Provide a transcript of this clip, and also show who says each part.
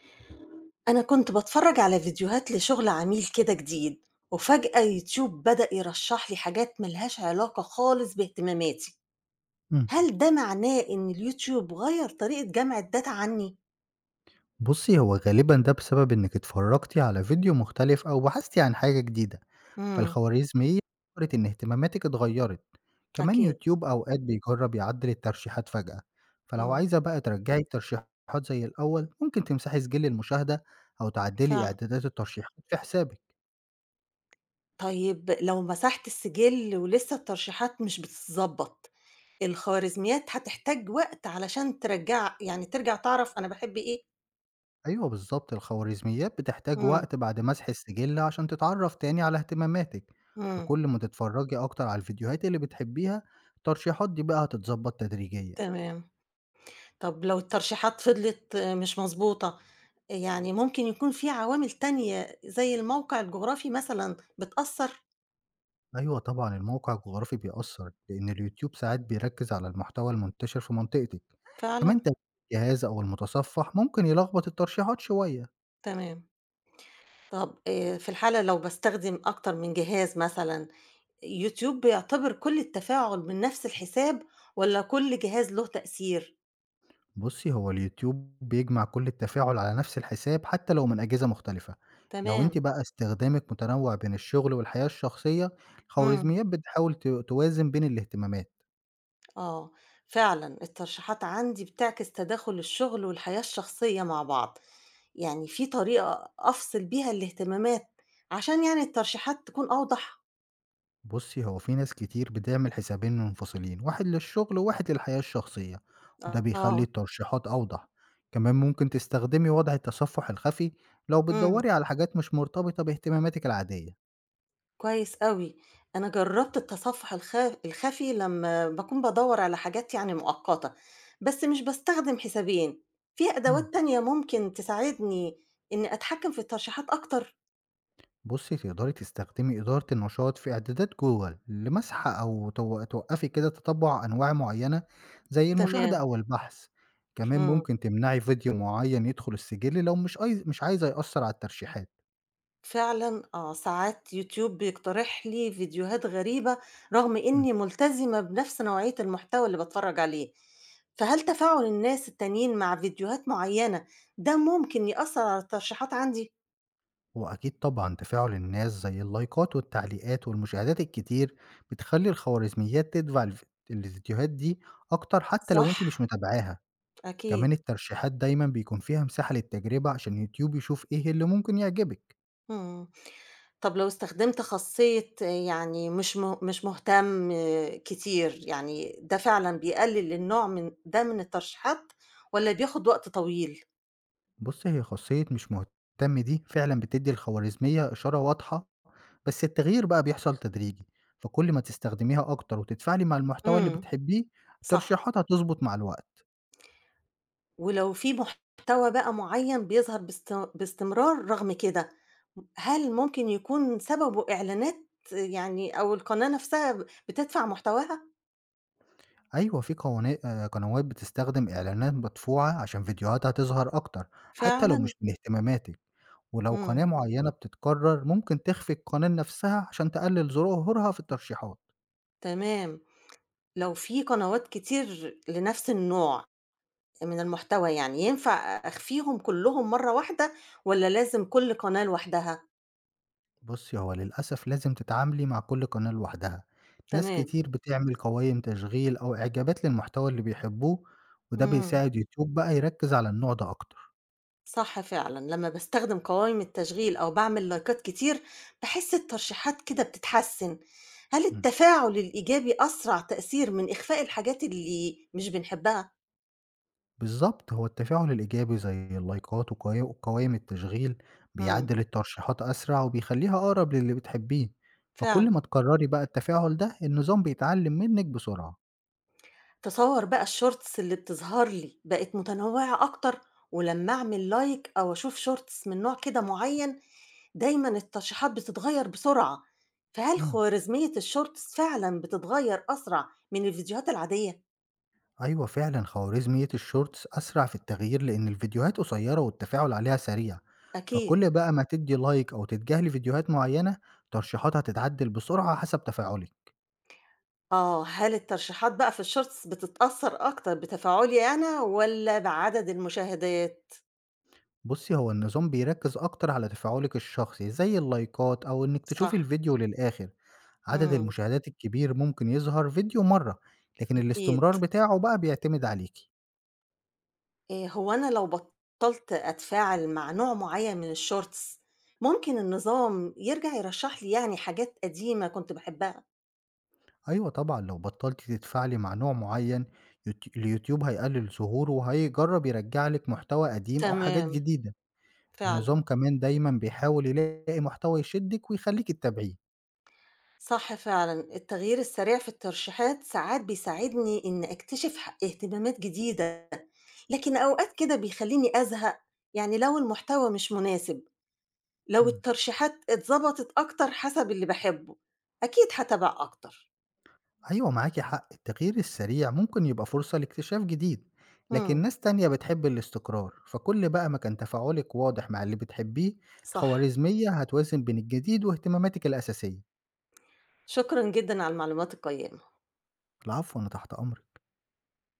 Speaker 1: أنا كنت باتفرج على فيديوهات لشغل عميل كده جديد، وفجأة يوتيوب بدأ يرشح لي حاجات ملهاش علاقة خالص باهتماماتي.
Speaker 2: إمم.
Speaker 1: هل ده معناه إن اليوتيوب غير طريقة جمع الداتا عني؟
Speaker 2: بُصّي، هو غالبًا ده بسبب إنِّك اتفرّجتِ على فيديو مختلف أو بحثتِ عن حاجة جديدة،
Speaker 1: امم.
Speaker 2: فالخوارزمية فكرت إن اهتماماتِك اتغيّرت. كمان
Speaker 1: أكيد.
Speaker 2: يوتيوب أوقات بيجرّب يعدّل الترشيحات فجأة، فلو
Speaker 1: امم.
Speaker 2: عايزة بقى ترجّعي الترشيحات زي الأول، ممكن تمسحي سجِل المشاهدة أو تعدّلي
Speaker 1: فعلا.
Speaker 2: إعدادات الترشيحات في حسابِك.
Speaker 1: طيب لو مسحت السجل ولسه الترشيحات مش بتتظبط، الخوارزميات هتحتاج وقت علشان ترجع تعرف أنا بحب إيه؟
Speaker 2: أيوه بالضبط، الخوارزميات بتحتاج
Speaker 1: امم،
Speaker 2: وقت بعد مسح السجِل عشان تتعرّف تاني على اهتماماتِك،
Speaker 1: امم.
Speaker 2: فكل ما تتفرّجي أكتر على الفيديوهات اللي بتحبّيها، الترشيحات دي بقى هتتضبّط تدريجيًا.
Speaker 1: تمام. طب لو الترشيحات فضلت مش مضبوطة، يعني ممكن يكون في عوامل تانية زي الموقع الجغرافي مثلًا بتأثّر
Speaker 2: أيوة طبعًا الموقع الجغرافي بيأثّر، لإن اليوتيوب ساعات بيركّز على المحتوى المنتشر في منطقتِك، كمان
Speaker 1: فعلًا؟
Speaker 2: تغيير الجهاز أو المتصفح ممكن يلخبط الترشيحات شوية.
Speaker 1: تمام. طب في الحالة لو باستخدم أكتر من جهاز مثلًا، يوتيوب بيعتبر كل التفاعل من نفس الحساب والّا كل جهاز له تأثير؟
Speaker 2: بُصّي، هو اليوتيوب بيجمع كل التفاعل على نفس الحساب حتى لو من أجهزة مختلفة، لو أنتِ
Speaker 1: تمام،
Speaker 2: بقى استخدامِك متنوع بين الشغل والحياة الشخصية،
Speaker 1: إمم،
Speaker 2: الخوارزميات بتحاول توازن بين الاهتمامات.
Speaker 1: آه. فعلًا الترشيحات عندي بتعكس تداخل الشغل والحياة الشخصية مع بعض. يعني في طريقة أفصل بيها الاهتمامات، عشان يعني الترشيحات تكون أوضح؟
Speaker 2: بُصّي، هو في ناس كتير بتعمل حسابين منفصلين، واحد للشغل وواحد للحياة الشخصية، وده بيخلّي
Speaker 1: آه،
Speaker 2: الترشيحات أوضح. كمان ممكن تستخدمي وضع التصفح الخفي لو
Speaker 1: إمم،
Speaker 2: بتدوّري على حاجات مش مرتبطة باهتماماتِك العادية.
Speaker 1: كويس أوي. أنا جرّبت التصفح الخفي لمّا باكون بادوّر على حاجات يعني مؤقتة، بس مش باستخدم حسابين، في
Speaker 2: إمم.
Speaker 1: أدوات تانية ممكن تساعدني إني أتحكم في الترشيحات أكتر؟
Speaker 2: بُصّي، تقدري تستخدمي إدارة النشاط في إعدادات جوجل لمسح أو توقّفي كده تتبُّع أنواع معيّنة زي المشاهدة
Speaker 1: تمام،
Speaker 2: أو البحث. كمان
Speaker 1: إمم.
Speaker 2: ممكن تمنعي فيديو معيّن يدخل السجل لو مش عايزة يأثّر على الترشيحات.
Speaker 1: فعلًا، آه، ساعات يوتيوب بيقترح لي فيديوهات غريبة رغم
Speaker 2: إمم.
Speaker 1: إني ملتزمة بنفس نوعية المحتوى اللي باتفرج عليه، فهل تفاعل الناس التانيين مع فيديوهات معينة ده ممكن يأثر على الترشيحات عندي؟
Speaker 2: هو أكيد طبعًا تفاعل الناس زي اللايكات والتعليقات والمشاهدات الكتير بتخلّي الخوارزميات تدفع الفيديوهات دي أكتر حتى لو أنتِ مش
Speaker 1: صح،
Speaker 2: متابعاها، كمان
Speaker 1: أكيد،
Speaker 2: الترشيحات دايمًا بيكون فيها مساحة للتجربة عشان يوتيوب يشوف إيه اللي ممكن يعجبِك.
Speaker 1: إمم. طب لو استخدمت خاصية يعني مش مش مهتم كتير، يعني ده فعلًا بيقلل النوع من ده من الترشيحات والّا بياخد وقت طويل؟
Speaker 2: بُصّي، هي خاصية مش مهتم دي فعلًا بتدّي الخوارزمية إشارة واضحة، بس التغيير بقى بيحصل تدريجي، فكل ما تستخدميها أكتر وتتفاعلي مع المحتوى اللي
Speaker 1: إمم،
Speaker 2: بتحبيه،
Speaker 1: صح.
Speaker 2: الترشيحات هتضبط مع الوقت.
Speaker 1: ولو في محتوى بقى معيّن بيظهر باستمرار رغم كده، هل ممكن يكون سببه إعلانات يعني أو القناة نفسها بتدفع محتواها؟
Speaker 2: أيوة في قوان قنوات بتستخدم إعلانات مدفوعة عشان فيديوهاتها تظهر أكتر، حتى لو
Speaker 1: فعلًا؟
Speaker 2: مش من اهتماماتِك، ولو قناة
Speaker 1: إمم،
Speaker 2: معينة بتتكرر ممكن تخفي القناة نفسها عشان تقلل ظهورها في الترشيحات.
Speaker 1: تمام. لو في قنوات كتير لنفس النوع من المحتوى يعني، ينفع أخفيهم كلّهم مرّة واحدة والّا لازم كل قناة لوحدها؟
Speaker 2: بُصّي، هو للأسف لازم تتعاملي مع كل قناة لوحدها، ناس
Speaker 1: تمام،
Speaker 2: كتير بتعمل قوايم تشغيل أو إعجابات للمحتوى اللي بيحبوه، وده
Speaker 1: إمم.
Speaker 2: بيساعد يوتيوب بقى يركز على النوع ده أكتر.
Speaker 1: صح فعلًا، لمّا باستخدم قوائم التشغيل أو باعمل لايكات كتير، باحس الترشيحات كده بتتحسن. هل
Speaker 2: إمم.
Speaker 1: التفاعل الإيجابي أسرع تأثير من إخفاء الحاجات اللي مش بنحبها؟
Speaker 2: بالضبط، هو التفاعل الإيجابي زي اللايكات وقوائم التشغيل
Speaker 1: إمم،
Speaker 2: بيعدّل الترشيحات أسرع وبيخلّيها أقرب للي بتحبيه، فكل ما
Speaker 1: فعلًا.
Speaker 2: تكرّري بقى التفاعل ده النظام بيتعلّم منِّك بسرعة.
Speaker 1: تصور بقى الshorts اللي بتظهر لي بقت متنوعة أكتر، ولمّا أعمل لايك أو أشوف shorts من نوع كده معين، دايمًا الترشيحات بتتغير بسرعة. فهل
Speaker 2: إمم،
Speaker 1: خوارزمية الshorts فعلًا بتتغير أسرع من الفيديوهات العادية؟
Speaker 2: أيوه فعلًا خوارزمية الshorts أسرع في التغيير لإن الفيديوهات قصيّرة والتفاعل عليها سريع،
Speaker 1: أكيد.
Speaker 2: فكل بقى ما تدّي لايك أو تتجاهلي فيديوهات معيّنة ترشيحاتها تتعدّل بسرعة حسب تفاعلِك.
Speaker 1: آه، هل الترشيحات بقى في الshorts بتتأثّر أكتر بتفاعلي أنا والّا بعدد المشاهدات؟
Speaker 2: بُصّي، هو النظام بيركّز أكتر على تفاعلِك الشخصي، زي اللايكات أو إنِّك تشوفي
Speaker 1: صح،
Speaker 2: الفيديو للآخر. عدد
Speaker 1: إمم،
Speaker 2: المشاهدات الكبير ممكن يظهر فيديو مرّة، لكن
Speaker 1: أكيد.
Speaker 2: الاستمرار بتاعه بقى بيعتمد عليكِ.
Speaker 1: هو أنا لو بطّلت أتفاعل مع نوع معيّن من الshorts، ممكن النظام يرجع يرشّح لي يعني حاجات قديمة كنت باحبها.
Speaker 2: أيوه طبعًا، لو بطّلتِ تدفعلي مع نوع معيّن، اليوتيوب هيقلل ظهوره وهيجرّب يرجّع لِك محتوى قديم أو حاجات
Speaker 1: تمام،
Speaker 2: جديدة.
Speaker 1: فعلًا،
Speaker 2: النظام كمان دايمًا بيحاول يلاقي محتوى يشدِّك ويخلّيكِ تتابعيه.
Speaker 1: صح فعلًا. التغيير السريع في الترشيحات ساعات بيساعدني إني أكتشف اهتمامات جديدة، لكن أوقات كده بيخلّيني أزهق، يعني لو المحتوى مش مناسب. لو
Speaker 2: إمم.
Speaker 1: الترشيحات اتضبطت أكتر حسب اللي باحبه، أكيد هاتابع أكتر.
Speaker 2: أيوه معاكِ حق، التغيير السريع ممكن يبقى فرصة لاكتشاف جديد، لكن
Speaker 1: إمم.
Speaker 2: ناس تانية بتحب الاستقرار، فكل بقى ما كان تفاعلِك واضح مع اللي بتحبيه،
Speaker 1: صح،
Speaker 2: الخوارزمية هتوازن بين الجديد واهتماماتِك الأساسية.
Speaker 1: شكرًا جدًا على المعلومات القيّمة.
Speaker 2: العفو، أنا تحت أمرِك.